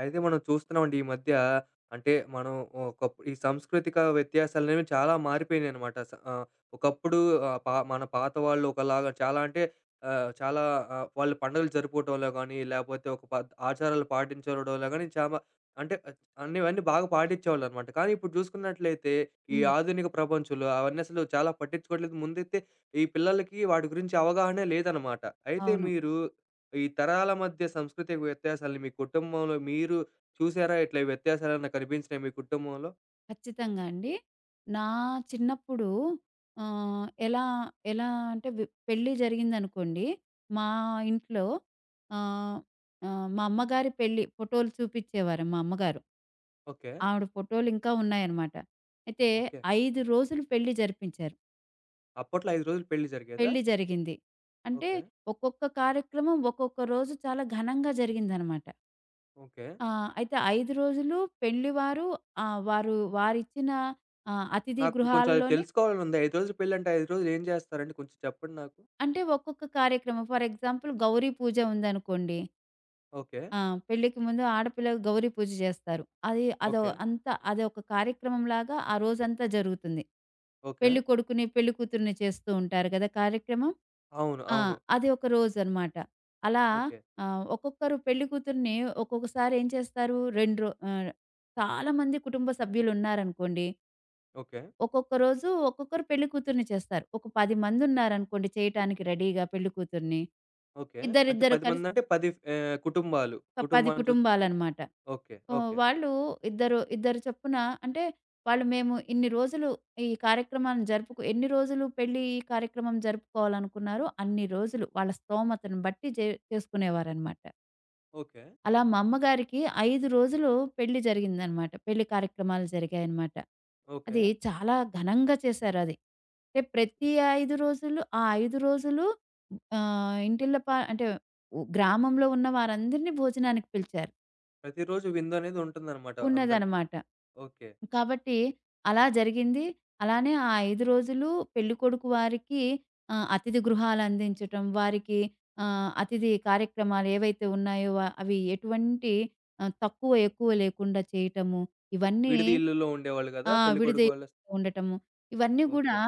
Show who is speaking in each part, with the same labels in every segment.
Speaker 1: అయితే మనం చూస్తున్నామండి ఈ మధ్య అంటే మనం ఈ సాంస్కృతిక వ్యత్యాసాలనేవి చాలా మారిపోయినాయి అనమాట. ఒకప్పుడు ఆహ్, పా మన పాత వాళ్ళు ఒకలాగా చాలా అంటే చాలా వాళ్ళు పండుగలు జరుపుకోవటంలో గానీ, లేపోతే ఒక పద్ ఆచారాలు పాటించడంలో గానీ చాలా అంటే అన్నీ బాగా పాటించేవాళ్ళనమాట. కానీ ఇప్పుడు చూసుకున్నట్లయితే ఈ
Speaker 2: హ్మ్.
Speaker 1: ఆధునిక ప్రపంచంలో అవన్నీ అసలు చాలా పట్టించుకోవట్లేదు. ముందైతే ఈ పిల్లలకి వాటి గురించి అవగాహనే లేదనమాట. అయితే
Speaker 2: అవును.
Speaker 1: మీరు ఈ తరాల మధ్య సాంస్కృతిక వ్యత్యాసాలని మీ కుటుంబంలో మీరు చూసారా? ఇట్లా వ్యత్యాసాలేమన్నా కనిపించినాయి మీ కుటుంబంలో?
Speaker 2: ఖచ్చితంగా అండి. నా చిన్నప్పుడు ఎలా ఎలా అంటే పెళ్లి జరిగిందనుకోండి. మా ఇంట్లో ఆహ్, ఆహ్, మా అమ్మగారి పెళ్లి ఫోటోలు చూపిచ్చేవారు మా అమ్మగారు.
Speaker 1: ఓకే.
Speaker 2: ఆవిడ ఫోటోలు ఇంకా ఉన్నాయన్నమాట. అయితే
Speaker 1: ఓకే.
Speaker 2: 5 రోజులు పెళ్లి జరిపించారు.
Speaker 1: అప్పట్లో 5 రోజులు పెళ్లి జరిగేదా?
Speaker 2: పెళ్లి జరిగింది. అంటే
Speaker 1: ఓకే.
Speaker 2: ఒక్కొక్క కార్యక్రమం ఒక్కొక్క రోజు చాలా ఘనంగా జరిగిందన్నమాట.
Speaker 1: ఓకే.
Speaker 2: ఆ! అయితే 5 రోజులు పెళ్లివారు వారిచ్చిన అతిథి
Speaker 1: నాకు కొంచెం అది
Speaker 2: గృహాల్లోనే.
Speaker 1: తెలుసుకోవాలని ఉంది. 5 రోజులు పెళ్లంటే 5 రోజులు ఏం చేస్తారండి? కొంచెం చెప్పండి నాకు?
Speaker 2: అంటే ఒక్కొక్క కార్యక్రమం, ఫర్ ఎగ్జాంపుల్, గౌరీ పూజ ఉందనుకోండి.
Speaker 1: ఓకే.
Speaker 2: ఆ! పెళ్ళికి ముందు ఆడపిల్లకి గౌరీ పూజ చేస్తారు. అది అదో
Speaker 1: ఓకే.
Speaker 2: అంత అదొక కార్యక్రమంలాగా ఆ రోజంతా జరుగుతుంది.
Speaker 1: ఓకే.
Speaker 2: పెళ్ళికొడుకుని, పెళ్ళికూతురిని చేస్తూ ఉంటారు కదా! కార్యక్రమం.
Speaker 1: అవును.
Speaker 2: ఆ!
Speaker 1: అవును.
Speaker 2: అది ఒక రోజనమాట. అలా
Speaker 1: ఓకే.
Speaker 2: ఒక్కొక్కరు పెళ్ళికూతురిని ఒక్కొక్కసారి ఏం చేస్తారు. చాలామంది కుటుంబ సభ్యులున్నారనుకోండి,
Speaker 1: ఓకే.
Speaker 2: ఒక్కొక్క రోజు ఒక్కొక్కరు పెళ్లి కూతుర్ని చేస్తారు. ఒక 10 మందున్నారనుకోండి చేయటానికి రెడీగా పెళ్లి కూతుర్ని.
Speaker 1: ఓకే. అంటే
Speaker 2: ఇద్దరిద్దరు
Speaker 1: 10
Speaker 2: కలిసి
Speaker 1: మందంటే కుటుంబాలు.
Speaker 2: ఒక 10
Speaker 1: కుటుంబాలను చూసి
Speaker 2: కుటుంబాలనమాట.
Speaker 1: ఓకే.
Speaker 2: ఓహ్!
Speaker 1: ఓకే.
Speaker 2: వాళ్ళు ఇద్దరు, ఇద్దరు చొప్పున, అంటే మేము ఇన్ని రోజులు ఈ కార్యక్రమాన్ని ఎన్ని రోజులు పెళ్లి కార్యక్రమం జరుపుకోవాలనుకున్నారో అన్ని రోజులు వాళ్ళ స్తోమతను బట్టి చేసుకునేవారనమాట.
Speaker 1: ఓకే.
Speaker 2: అలా మా అమ్మగారికి 5 రోజులు పెళ్లి జరిగిందనమాట. పెళ్లి కార్యక్రమాలు జరిగాయనమాట.
Speaker 1: ఓకే.
Speaker 2: అది చాలా ఘనంగా చేశారది. అంటే ప్రతి 5 రోజులు ఇంటిల్లపా, అంటే గ్రామంలో ఉన్న వారందరిని భోజనానికి పిలిచారు.
Speaker 1: ప్రతిరోజు విందనేది ఉంటుందనమాట అందరికి.
Speaker 2: ఉన్నదనమాట.
Speaker 1: ఓకే.
Speaker 2: కాబట్టి అలా జరిగింది. అలానే ఆ 5 రోజులు పెళ్ళికొడుకు వారికి అతిథి గృహాలందించటం, వారికి అతిథి కార్యక్రమాలు ఏవైతే ఉన్నాయో అవి ఎటువంటి తక్కువ, ఎక్కువ లేకుండా చేయటము. ఇవన్నీ
Speaker 1: విడిది ఇల్లుల్లో ఉండేవాళ్ళు గదా!
Speaker 2: ఆ! విడిది
Speaker 1: పెళ్ళికొడుకు వాళ్ళ
Speaker 2: ఉండటము. ఇవన్నీ గూడా
Speaker 1: ఓకే.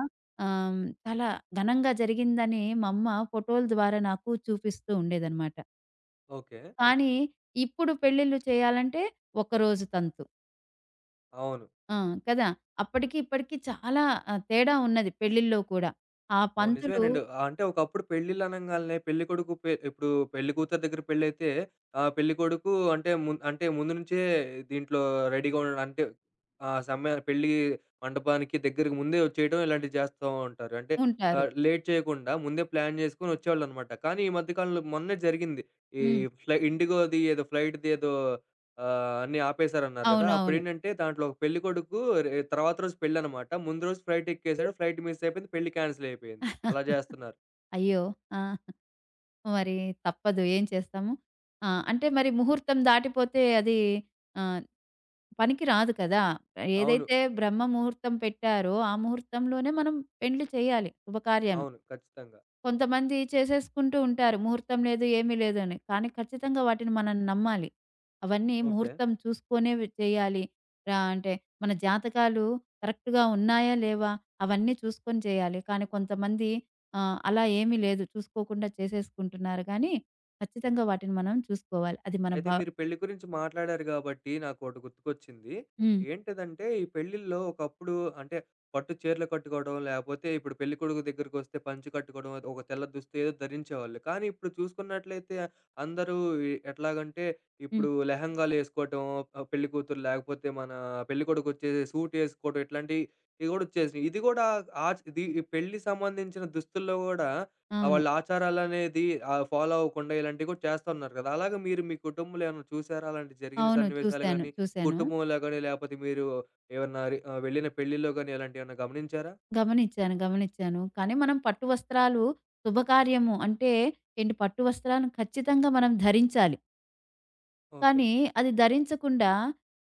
Speaker 2: ఆహ్, చాలా ఘనంగా జరిగిందని మా అమ్మ ఫోటోల ద్వారా నాకు చూపిస్తూ ఉండేదనమాట.
Speaker 1: ఓకే.
Speaker 2: కానీ ఇప్పుడు పెళ్ళిళ్ళు చేయాలంటే ఒక్కరోజు తంతు.
Speaker 1: అవును.
Speaker 2: ఆ! కదా! అప్పటికి ఇప్పటికి చాలా తేడా ఉన్నది పెళ్ళిల్లో కూడా. ఆ
Speaker 1: అవును.
Speaker 2: పంతులు
Speaker 1: నిజమేనండి. ఆ, అంటే ఒకప్పుడు పెళ్ళిళ్ళు అనంగాల్నే పెళ్ళికొడుకు పె ఇప్పుడు పెళ్ళికూతురు దగ్గర పెళ్ళైతే పెళ్ళికొడుకు అంటే ముందు నుంచే దీంట్లో రెడీగా ఉండడం అంటే ఆ పెళ్లి మండపానికి దగ్గరకి ముందే వచ్చేయడం ఇలాంటివి చేస్తూ ఉంటారు. అంటే
Speaker 2: ఉంటారు.
Speaker 1: లేట్ చేయకుండా ముందే ప్లాన్ జేసుకొని వచ్చేవాళ్ళనమాట. కానీ ఈ మధ్య కాలంలో మొన్నే జరిగింది. ఈ
Speaker 2: హ్మ్.
Speaker 1: ఇండిగోది ఏదో ఫ్లైట్‌ది ఏదో అన్నీ ఆపేశారన్నారు గదా!
Speaker 2: అవునవును.
Speaker 1: అప్పుడేంటంటే దాంట్లో ఒక పెళ్ళికొడుకు తర్వాత రోజు పెళ్ళనమాట. ముందు రోజు ఫ్లైట్ ఎక్కేసాడు. ఫ్లైట్ మిస్ అయిపోయింది. పెళ్లి క్యాన్సిల్ అయిపోయింది. అలా జేస్తున్నారు.
Speaker 2: అయ్యో! ఆ! మరి తప్పదు, ఏం చేస్తాము. ఆ! అంటే మరి ముహూర్తం దాటిపోతే అది ఆహ్, పనికి రాదు కదా!
Speaker 1: అవును.
Speaker 2: ఏదైతే బ్రహ్మ ముహూర్తం పెట్టారో ఆ ముహూర్తంలోనే మనం పెండ్లి చేయాలి, శుభకార్యం.
Speaker 1: అవును. ఖచ్చితంగా.
Speaker 2: కొంతమంది చేసేసుకుంటూ ఉంటారు, ముహూర్తం లేదు, ఏమీ లేదు అని. కానీ ఖచ్చితంగా వాటిని మనం నమ్మాలి. అవన్నీ
Speaker 1: ఓకే.
Speaker 2: ముహూర్తం చూసుకొనే చేయాలి. అంటే మన జాతకాలు కరెక్ట్‌గా ఉన్నాయా, లేవా, అవన్నీ చూసుకొని చేయాలి. కానీ కొంతమంది అలా ఏమీ లేదు, చూసుకోకుండా చేసేసుకుంటున్నారు గానీ, ఖచ్చితంగా వాటిని మనం చూసుకోవాలి. అది మన
Speaker 1: అయితే మీరు పెళ్లి గురించి మాట్లాడారు గాబట్టి నాకోటి గుర్తుకొచ్చింది.
Speaker 2: హ్మ్.
Speaker 1: ఏంటిదంటే ఈ పెళ్ళిల్లో ఒకప్పుడు అంటే పట్టు చీరలు కట్టుకోవడం, లేపోతే ఇప్పుడు పెళ్ళికొడుకు దగ్గరికొస్తే పంచె కట్టుకోవడం, ఒక తెల్ల దుస్తు ఏదో ధరించేవాళ్ళు. కానీ ఇప్పుడు చూసుకున్నట్లయితే అందరూ ఈ- ఎట్లాగంటే ఇప్పుడు
Speaker 2: హ్మ్.
Speaker 1: లెహెంగాలేసుకోవటం, పెళ్ళికూతురు లేకపోతే మన పెళ్ళికొడుకొచ్చేసి సూటేసుకోవడం ఇట్లాంటియి ఇయి గూడా వచ్చేసినియి. ఇది గూడా ఇది పెళ్ళికి సంబంధించిన దుస్తుల్లో గూడా ఆ!
Speaker 2: అవును.
Speaker 1: వాళ్ళ ఆచారాలనేది ఫాలో అవ్వకుండా ఇలాంటివి కూడా చేస్తా ఉన్నారు కదా! అలాగా మీరు మీ కుటుంబంలో ఏమన్నా చూసారా? అలాంటి జరిగిన
Speaker 2: అవును.
Speaker 1: సన్నివేశాలు
Speaker 2: చూసాను.
Speaker 1: గాని,
Speaker 2: చూసాను.
Speaker 1: కుటుంబంలో గాని లేపోతే మీరు ఏమన్నా వెళ్ళిన పెళ్ళిలో గాని ఇలాంటివేమన్నా గమనించారా?
Speaker 2: గమనిచ్చాను. గమనిచ్చాను. కానీ మనం పట్టు వస్త్రాలు, శుభకార్యము అంటే ఏంటి, పట్టు వస్త్రాలను ఖచ్చితంగా మనం ధరించాలి.
Speaker 1: ఓకే.
Speaker 2: కానీ అది ధరించకుండా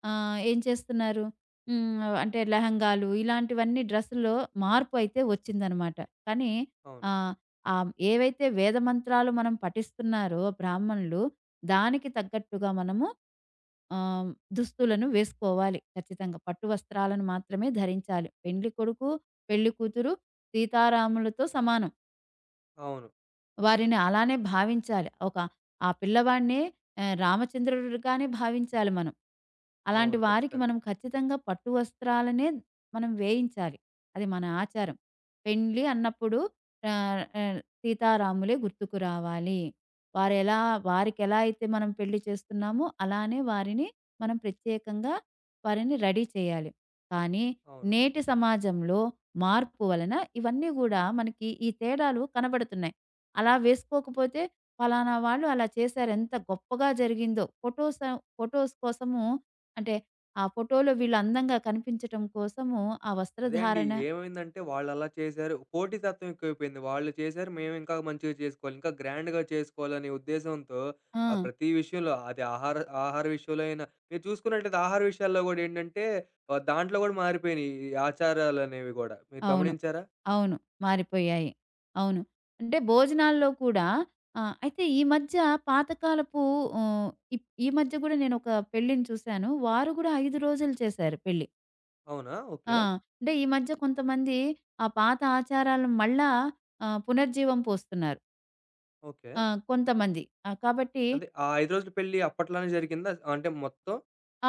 Speaker 2: ఏం చేస్తున్నారు? హ్మ్. అంటే లెహంగాలు ఇలాంటివన్నీ, డ్రెస్సుల్లో మార్పు అయితే వచ్చిందనమాట. కానీ
Speaker 1: అవును.
Speaker 2: ఆహ్, ఆహ్, ఏవైతే వేద మంత్రాలు మనం పఠిస్తున్నారో బ్రాహ్మణులు, దానికి తగ్గట్టుగా మనము ఆహ్, దుస్తులను వేసుకోవాలి ఖచ్చితంగా. పట్టు వస్త్రాలను మాత్రమే ధరించాలి. పెండ్లి కొడుకు, పెళ్లి కూతురు సీతారాములతో సమానం.
Speaker 1: అవును.
Speaker 2: వారిని అలానే భావించాలి. ఆ పిల్లవాడినే రామచంద్రుడిగానే భావించాలి మనం. అలాంటి
Speaker 1: అవును.
Speaker 2: వారికి
Speaker 1: ఖచ్చితంగా.
Speaker 2: మనం ఖచ్చితంగా పట్టు వస్త్రాలనే మనం వేయించాలి. అది మన ఆచారం. పెండ్లి అన్నప్పుడు ఆహ్, ఆహ్, సీతారాములే గుర్తుకు రావాలి. వారెలా వారికెలా అయితే మనం పెళ్లి చేస్తున్నామో అలానే వారిని మనం ప్రత్యేకంగా వారిని రెడీ చేయాలి. కానీ
Speaker 1: అవును.
Speaker 2: నేటి సమాజంలో మార్పు వలన ఇవన్నీ గూడా మనకి ఈ తేడాలు కనబడుతున్నాయి. అలా వేసుకోకపోతే ఫలానా వాళ్ళు అలా చేశారు, ఎంత గొప్పగా జరిగిందో, ఫోటోస్ కోసము, అంటే ఆ ఫోటోలో వీళ్ళు అందంగా కనిపించటం కోసము ఆ
Speaker 1: అదే అండి.
Speaker 2: వస్త్రధారణ.
Speaker 1: ఏమైందంటే వాళ్ళలా చేశారు. పోటీతత్వం ఎక్కువైపోయింది. వాళ్ళు చేశారు. మేము ఇంకా మంచిగా చేసుకోవాలి. ఇంకా గ్రాండ్‌గా చేసుకోవాలనే ఉద్దేశంతో
Speaker 2: ఆ!
Speaker 1: ప్రతి విషయంలో అది ఆహార ఆహార విషయంలో అయినా మీరు చూసుకున్నట్టయితే ఆహార విషయాల్లో గూడా ఏంటంటే దాంట్లో గూడా మారిపోయినాయి ఈ ఆచారాలనేవి గూడా. మీరు
Speaker 2: అవును.
Speaker 1: గమనించారా?
Speaker 2: అవును. మారిపోయాయి. అవును. అంటే భోజనాల్లో కూడా అయితే ఈ మధ్య పాతకాలపు. హ్మ్. ఈ మధ్య గూడా నేనొక పెళ్ళిని చూశాను. వారు గూడా 5 రోజులు చేశారు పెళ్లి.
Speaker 1: అవునా? ఓకే.
Speaker 2: ఆ! అంటే ఈ మధ్య కొంతమంది ఆ పాత ఆచారాలను మళ్ళా పునర్జీవం పోస్తున్నారు.
Speaker 1: ఓకే.
Speaker 2: ఆ! కొంతమంది. ఆ! కాబట్టి
Speaker 1: అంటే ఆ 5 రోజుల పెళ్లి అప్పట్లోనే జరిగిందా? అంటే మొత్తం?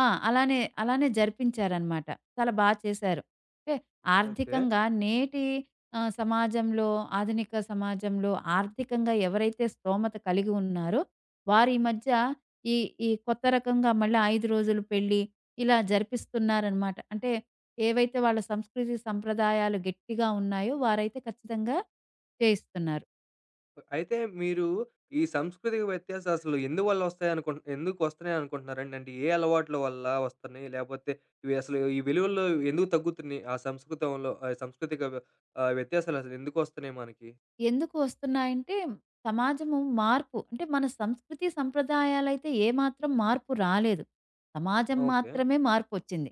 Speaker 2: ఆ! అలానే, అలానే జరిపించారనమాట. చాలా చేశారు. అంటే
Speaker 1: ఓకే.
Speaker 2: ఆర్థికంగా నేటి సమాజంలో, ఆధునిక సమాజంలో ఆర్థికంగా ఎవరైతే స్తోమత కలిగి ఉన్నారో, వారి ఈ మధ్య ఈ, ఈ కొత్త రకంగా మళ్ళీ 5 రోజులు పెళ్లి ఇలా జరిపిస్తున్నారనమాట. అంటే ఏవైతే వాళ్ళ సంస్కృతి, సంప్రదాయాలు గట్టిగా ఉన్నాయో వారైతే ఖచ్చితంగా చేయిస్తున్నారు.
Speaker 1: అయితే మీరు ఈ సంస్కృతిక వ్యత్యాసాలు అసలు ఎందువల్ల వస్తాయనుకుంటు ఎందుకు వస్తున్నాయి అనుకుంటున్నారండి? అంటే ఏ అలవాట్ల వల్ల వస్తున్నాయి? లేపోతే ఇవి అసలు ఈ విలువల్లో ఎందుకు తగ్గుతున్నాయి? ఆ సంస్కృతంలో ఆహ్, సాంస్కృతిక వ్య ఆహ్, వ్యత్యాసాలు అసలు ఎందుకు వస్తున్నాయి మనకి?
Speaker 2: ఎందుకు వస్తున్నాయంటే, సమాజము మార్పు అంటే మన సంస్కృతి సంప్రదాయాలైతే ఏమాత్రం మార్పు రాలేదు. సమాజం
Speaker 1: ఓకే.
Speaker 2: మాత్రమే మార్పొచ్చింది.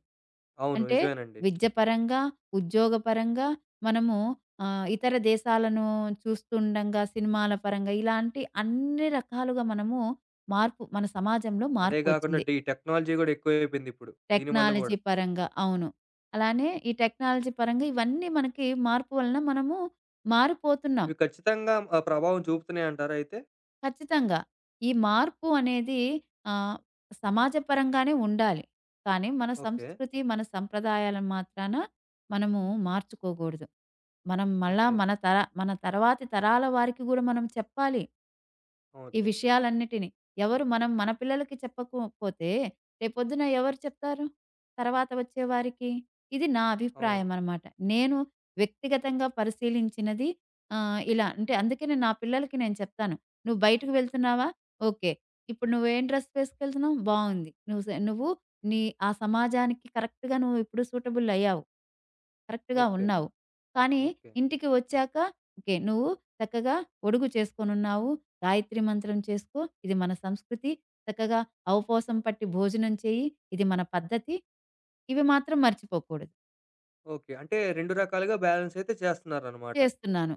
Speaker 1: అవును.
Speaker 2: అంటే
Speaker 1: నిజమేనండి.
Speaker 2: విద్యపరంగా, ఉద్యోగపరంగా మనము ఇతర దేశాలను చూస్తుండంగా, సినిమాల పరంగా ఇలాంటి అన్ని రకాలుగా మనము మార్పు, మన సమాజంలో
Speaker 1: అదే కాకుండా
Speaker 2: మార్పొచ్చింది.
Speaker 1: ఈ టెక్నాలజీ గూడా ఎక్కువైపోయింది ఇప్పుడు. దీనివల్ల గూడా.
Speaker 2: టెక్నాలజీ పరంగా అవును. అలానే ఈ టెక్నాలజీ పరంగా ఇవన్నీ మనకి, మార్పు వలన మనము మారిపోతున్నాం.
Speaker 1: ఇవి ఖచ్చితంగా ప్రభావం చూపుతున్నాయి అంటారా అయితే?
Speaker 2: ఖచ్చితంగా. ఈ మార్పు అనేది ఆహ్, సమాజపరంగానే ఉండాలి. కానీ మన
Speaker 1: ఓకే.
Speaker 2: సంస్కృతి, మన సంప్రదాయాలను మాత్రాన మనము మార్చుకోకూడదు. మనం మళ్ళా
Speaker 1: ఓకే.
Speaker 2: మన తర్వాతి తరాల వారికి గూడా మనం చెప్పాలి ఈ
Speaker 1: ఓకే.
Speaker 2: విషయాలన్నిటిని. ఎవరు, మనం మన పిల్లలకి చెప్పకు పోతే రేపొద్దున ఎవరు చెప్తారు తర్వాత వచ్చే వారికి? ఇది నా
Speaker 1: అవును.
Speaker 2: అభిప్రాయం అనమాట. నేను వ్యక్తిగతంగా పరిశీలించినది ఇలా. అంటే అందుకనే నా పిల్లలకి నేను చెప్తాను, "నువ్వు బయటకు వెళ్తున్నావా? ఓకే. ఇప్పుడు నువ్వేం డ్రెస్ వేసుకెళ్తున్నావు? బావుంది. నువ్వు స నువ్వు నీ ఆ సమాజానికి కరెక్ట్‌గా నువ్వు ఇప్పుడు సూటబుల్ అయ్యావు, కరెక్ట్‌గా
Speaker 1: ఓకే.
Speaker 2: ఉన్నావు. కానీ
Speaker 1: ఓకే.
Speaker 2: ఇంటికి వచ్చాక, ఓకే, నువ్వు చక్కగా ఒడుగు చేసుకోనున్నావు, గాయత్రి మంత్రం చేసుకో. ఇది మన సంస్కృతి. చక్కగా అవపోసం పట్టి భోజనం చేయి. ఇది మన పద్ధతి. ఇవి మాత్రం మర్చిపోకూడదు."
Speaker 1: ఓకే. అంటే 2 రకాలుగా బ్యాలెన్స్ అయితే చేస్తున్నారనమాట.
Speaker 2: చేస్తున్నాను.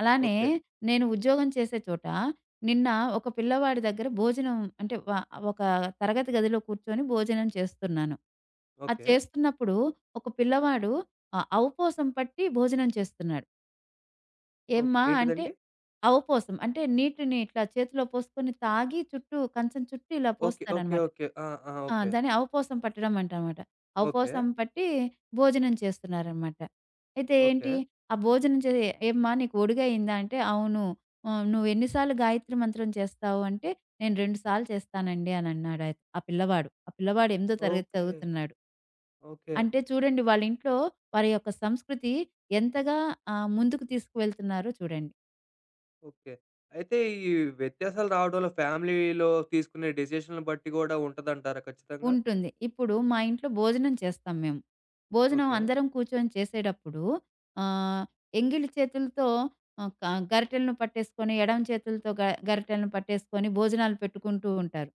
Speaker 2: అలానే,
Speaker 1: ఓకే.
Speaker 2: నేను ఉద్యోగం చేసే చోట నిన్న ఒక పిల్లవాడి దగ్గర భోజనం అంటే ఒక తరగతి గదిలో కూర్చొని భోజనం చేస్తున్నాను. అది
Speaker 1: ఓకే.
Speaker 2: చేస్తున్నప్పుడు ఒక పిల్లవాడు అవపోసం పట్టి భోజనం చేస్తున్నాడు.
Speaker 1: ఓకే.
Speaker 2: "ఏమ్మా" అంటే,
Speaker 1: ఏంటిదండి?
Speaker 2: అవపోసం అంటే నీటిని ఇట్లా చేతిలో పోసుకొని తాగి చుట్టూ, కంచం చుట్టూ ఇలా
Speaker 1: ఓకే. ఓకే.
Speaker 2: పోస్తారనమాట.
Speaker 1: ఓకే. ఆ! ఆ!
Speaker 2: ఆ!
Speaker 1: ఓకే.
Speaker 2: దాన్ని అవపోసం పట్టడం అంటామాట.
Speaker 1: ఓకే.
Speaker 2: అవపోసం పట్టి భోజనం చేస్తున్నారనమాట. అయితే
Speaker 1: ఓకే.
Speaker 2: ఏంటి ఆ భోజనం "ఏమ్మా నీకు ఒడిగయిందా?" అంటే, "అవును. నువ్వు ఎన్ని సార్లు గాయత్రి మంత్రం చేస్తావు?" అంటే, "నేను 2 సార్లు చేస్తానండి" అనన్నాడాయ్ ఆ పిల్లవాడు. ఆ పిల్లవాడు 8వ తరగతి
Speaker 1: ఓకే.
Speaker 2: చదువుతున్నాడు.
Speaker 1: ఓకే.
Speaker 2: అంటే చూడండి, వాళ్ళ ఇంట్లో వారి యొక్క సంస్కృతి ఎంతగా ముందుకు తీసుకువెళ్తున్నారో చూడండి.
Speaker 1: ఓకే. అయితే ఈ వ్యత్యాసాలు రావడంలో ఫ్యామిలీలో తీసుకునే డెసిషన్‌లు బట్టి గూడా ఉంటదంటారా ఖచ్చితంగా?
Speaker 2: ఉంటుంది. ఇప్పుడు మా ఇంట్లో భోజనం చేస్తాం మేము. భోజనం
Speaker 1: ఓకే.
Speaker 2: అందరం కూర్చొని చేసేటప్పుడు ఆహ్, ఎంగిలి చేతులతో ఆహ్, క గరిటెలను పట్టేసుకొని, ఎడమ చేతులతో గరిటెలను పట్టేసుకొని భోజనాలు పెట్టుకుంటూ ఉంటారు.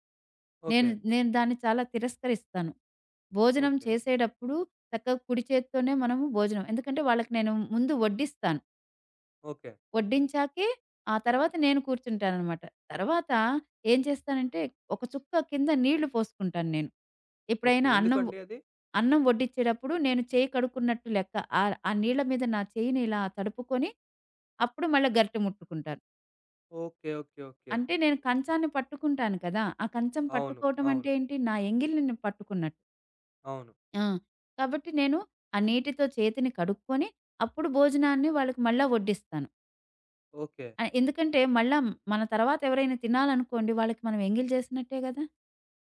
Speaker 2: నేను
Speaker 1: ఓకే.
Speaker 2: నేను దాన్ని చాలా తిరస్కరిస్తాను. భోజనం
Speaker 1: ఓకే.
Speaker 2: చేసేటప్పుడు చక్కగా కుడి చేత్తోనే మనము భోజనం, ఎందుకంటే వాళ్ళకి నేను ముందు వడ్డిస్తాను.
Speaker 1: ఓకే.
Speaker 2: వడ్డించాకే, ఆ తర్వాత నేను కూర్చుంటాననమాట. తర్వాత ఏం చేస్తానంటే, ఒక చుక్క కింద నీళ్లు పోసుకుంటాను నేను.
Speaker 1: ఓకే.
Speaker 2: ఎప్పుడైనా అన్నం
Speaker 1: ఎందుకండి అది?
Speaker 2: అన్నం వడ్డించేటప్పుడు నేను చేయి కడుక్కున్నట్టు లెక్క. ఆ నీళ్ల మీద నా చేయిని ఇలా తడుపుకొని, అప్పుడు మళ్ళా గరిటె ముట్టుకుంటాను.
Speaker 1: ఓకే. ఓకే. ఓకే.
Speaker 2: అంటే నేను కంచాన్ని పట్టుకుంటాను కదా! ఆ కంచం
Speaker 1: అవును.
Speaker 2: పట్టుకోవటం అంటే
Speaker 1: అవును.
Speaker 2: ఏంటి, నా ఎంగిలిని నేను పట్టుకున్నట్టు.
Speaker 1: అవును.
Speaker 2: ఆ! కాబట్టి నేను ఆ నీటితో చేతిని కడుక్కొని, అప్పుడు భోజనాన్ని వాళ్ళకి మళ్ళా వడ్డిస్తాను.
Speaker 1: ఓకే.
Speaker 2: ఆ! ఎందుకంటే మళ్ళా మన తర్వాత ఎవరైనా తినాలనుకోండి, వాళ్ళకి మనం ఎంగిల్ చేసినట్టే గదా!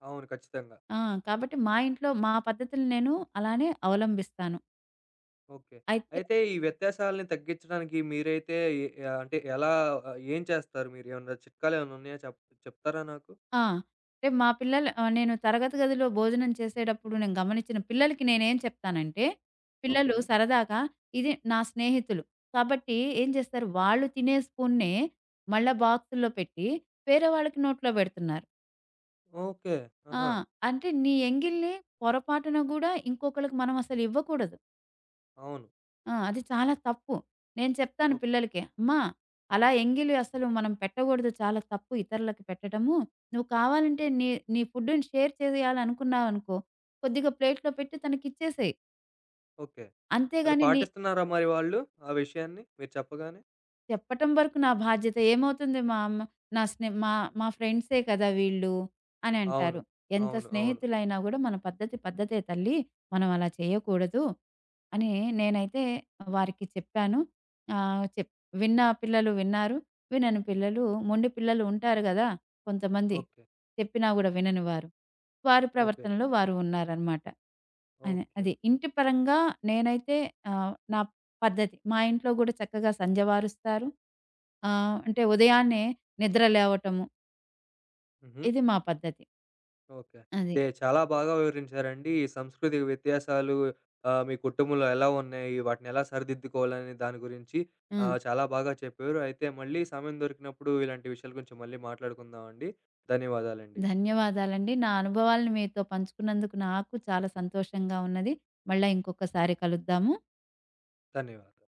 Speaker 1: అవును. ఖచ్చితంగా.
Speaker 2: ఆ! కాబట్టి మా ఇంట్లో మా పద్ధతులు నేను అలానే అవలంబిస్తాను.
Speaker 1: ఓకే.
Speaker 2: అయితే
Speaker 1: అయితే ఈ వ్యత్యాసాలని తగ్గించడానికి మీరైతే ఎ అంటే ఎలా ఏం చేస్తారు మీరు? ఏమన్నా చిట్కాలేమన్నా ఉన్నాయా చెప్తారా నాకు?
Speaker 2: ఆ! అంటే మా పిల్లలు, నేను తరగతి గదిలో భోజనం చేసేటప్పుడు నేను గమనించిన పిల్లలకి నేనేం చెప్తానంటే,
Speaker 1: ఓకే.
Speaker 2: పిల్లలు సరదాగా, ఇది నా స్నేహితులు, కాబట్టి ఏం చేస్తారు, వాళ్ళు తినే స్పూన్‌నే మళ్ళా బాక్సుల్లో పెట్టి వేరే వాళ్ళకి నోట్లో పెడుతున్నారు.
Speaker 1: ఓకే.
Speaker 2: ఆ!
Speaker 1: ఆహా!
Speaker 2: అంటే నీ ఎంగిల్‌ని పొరపాటున గూడా ఇంకొకళ్ళకి మనం అసలు ఇవ్వకూడదు.
Speaker 1: అవును.
Speaker 2: ఆ! అది చాలా తప్పు. నేను చెప్తాను
Speaker 1: ఓకే.
Speaker 2: పిల్లలకి, "అమ్మా! అలా ఎంగిలి అసలు మనం పెట్టకూడదు. చాలా తప్పు ఇతరులకి పెట్టడము. నువ్వు కావాలంటే నీ నీ ఫుడ్‌ని షేర్ చేయాలనుకున్నావనుకో, కొద్దిగా ప్లేట్‌లో పెట్టి తనకిచ్చేసేయి.
Speaker 1: ఓకే. అది
Speaker 2: అంతేగాని నీ"
Speaker 1: పాటిస్తున్నారా మరి వాళ్ళు ఆ విషయాన్ని మీరు చెప్పగానే?
Speaker 2: చెప్పటం వరకు నా బాధ్యత. ఏమవుతుంది, మా అమ్మ నా స్నే మా మా ఫ్రెండ్సే కదా వీళ్ళు
Speaker 1: అవును.
Speaker 2: అనంటారు. ఎంత
Speaker 1: అవును. అవును.
Speaker 2: స్నేహితులైనా గూడా మన పద్ధతి పద్ధతే తల్లి, మనం అలా చేయకూడదు అని నేనైతే వారికి చెప్పాను. ఆహ్, చెప్ విన్న పిల్లలు విన్నారు, వినని పిల్లలు, మొండి పిల్లలు ఉంటారు గదా కొంతమంది,
Speaker 1: ఓకే.
Speaker 2: చెప్పినా గూడా విననివారు. వారి
Speaker 1: ఓకే.
Speaker 2: ప్రవర్తనలో వారు ఉన్నారనమాట. అనే
Speaker 1: ఓకే.
Speaker 2: అది
Speaker 1: ఓకే.
Speaker 2: ఇంటి పరంగా. నేనైతే నా పద్ధతి. మా ఇంట్లో గూడా చక్కగా సంధ్యవారుస్తారు. అంటే ఉదయాన్నే నిద్ర లేవటము.
Speaker 1: హుహు.
Speaker 2: ఇది మా పద్ధతి.
Speaker 1: ఓకే.
Speaker 2: అది.
Speaker 1: అయితే చాలా బాగా వివరించారండి. ఈ సంస్కృతి వ్యత్యాసాలు మీ కుటుంబంలో ఎలా ఉన్నాయి? వాటినెలా సరిదిద్దుకోవాలనే దాని గురించి
Speaker 2: హ్మ్.
Speaker 1: చాలా బాగా చెప్పారు. అయితే మళ్ళీ సమయం దొరికినప్పుడు ఇలాంటి విషయాల గురించి మళ్ళీ మాట్లాడుకుందామండి. ధన్యవాదాలండి.
Speaker 2: ధన్యవాదాలండి. నా అనుభవాలను మీతో పంచుకున్నందుకు నాకు చాలా సంతోషంగా ఉన్నది. మళ్ళా ఇంకొకసారి కలుద్దాము.
Speaker 1: ధన్యవాదాలు.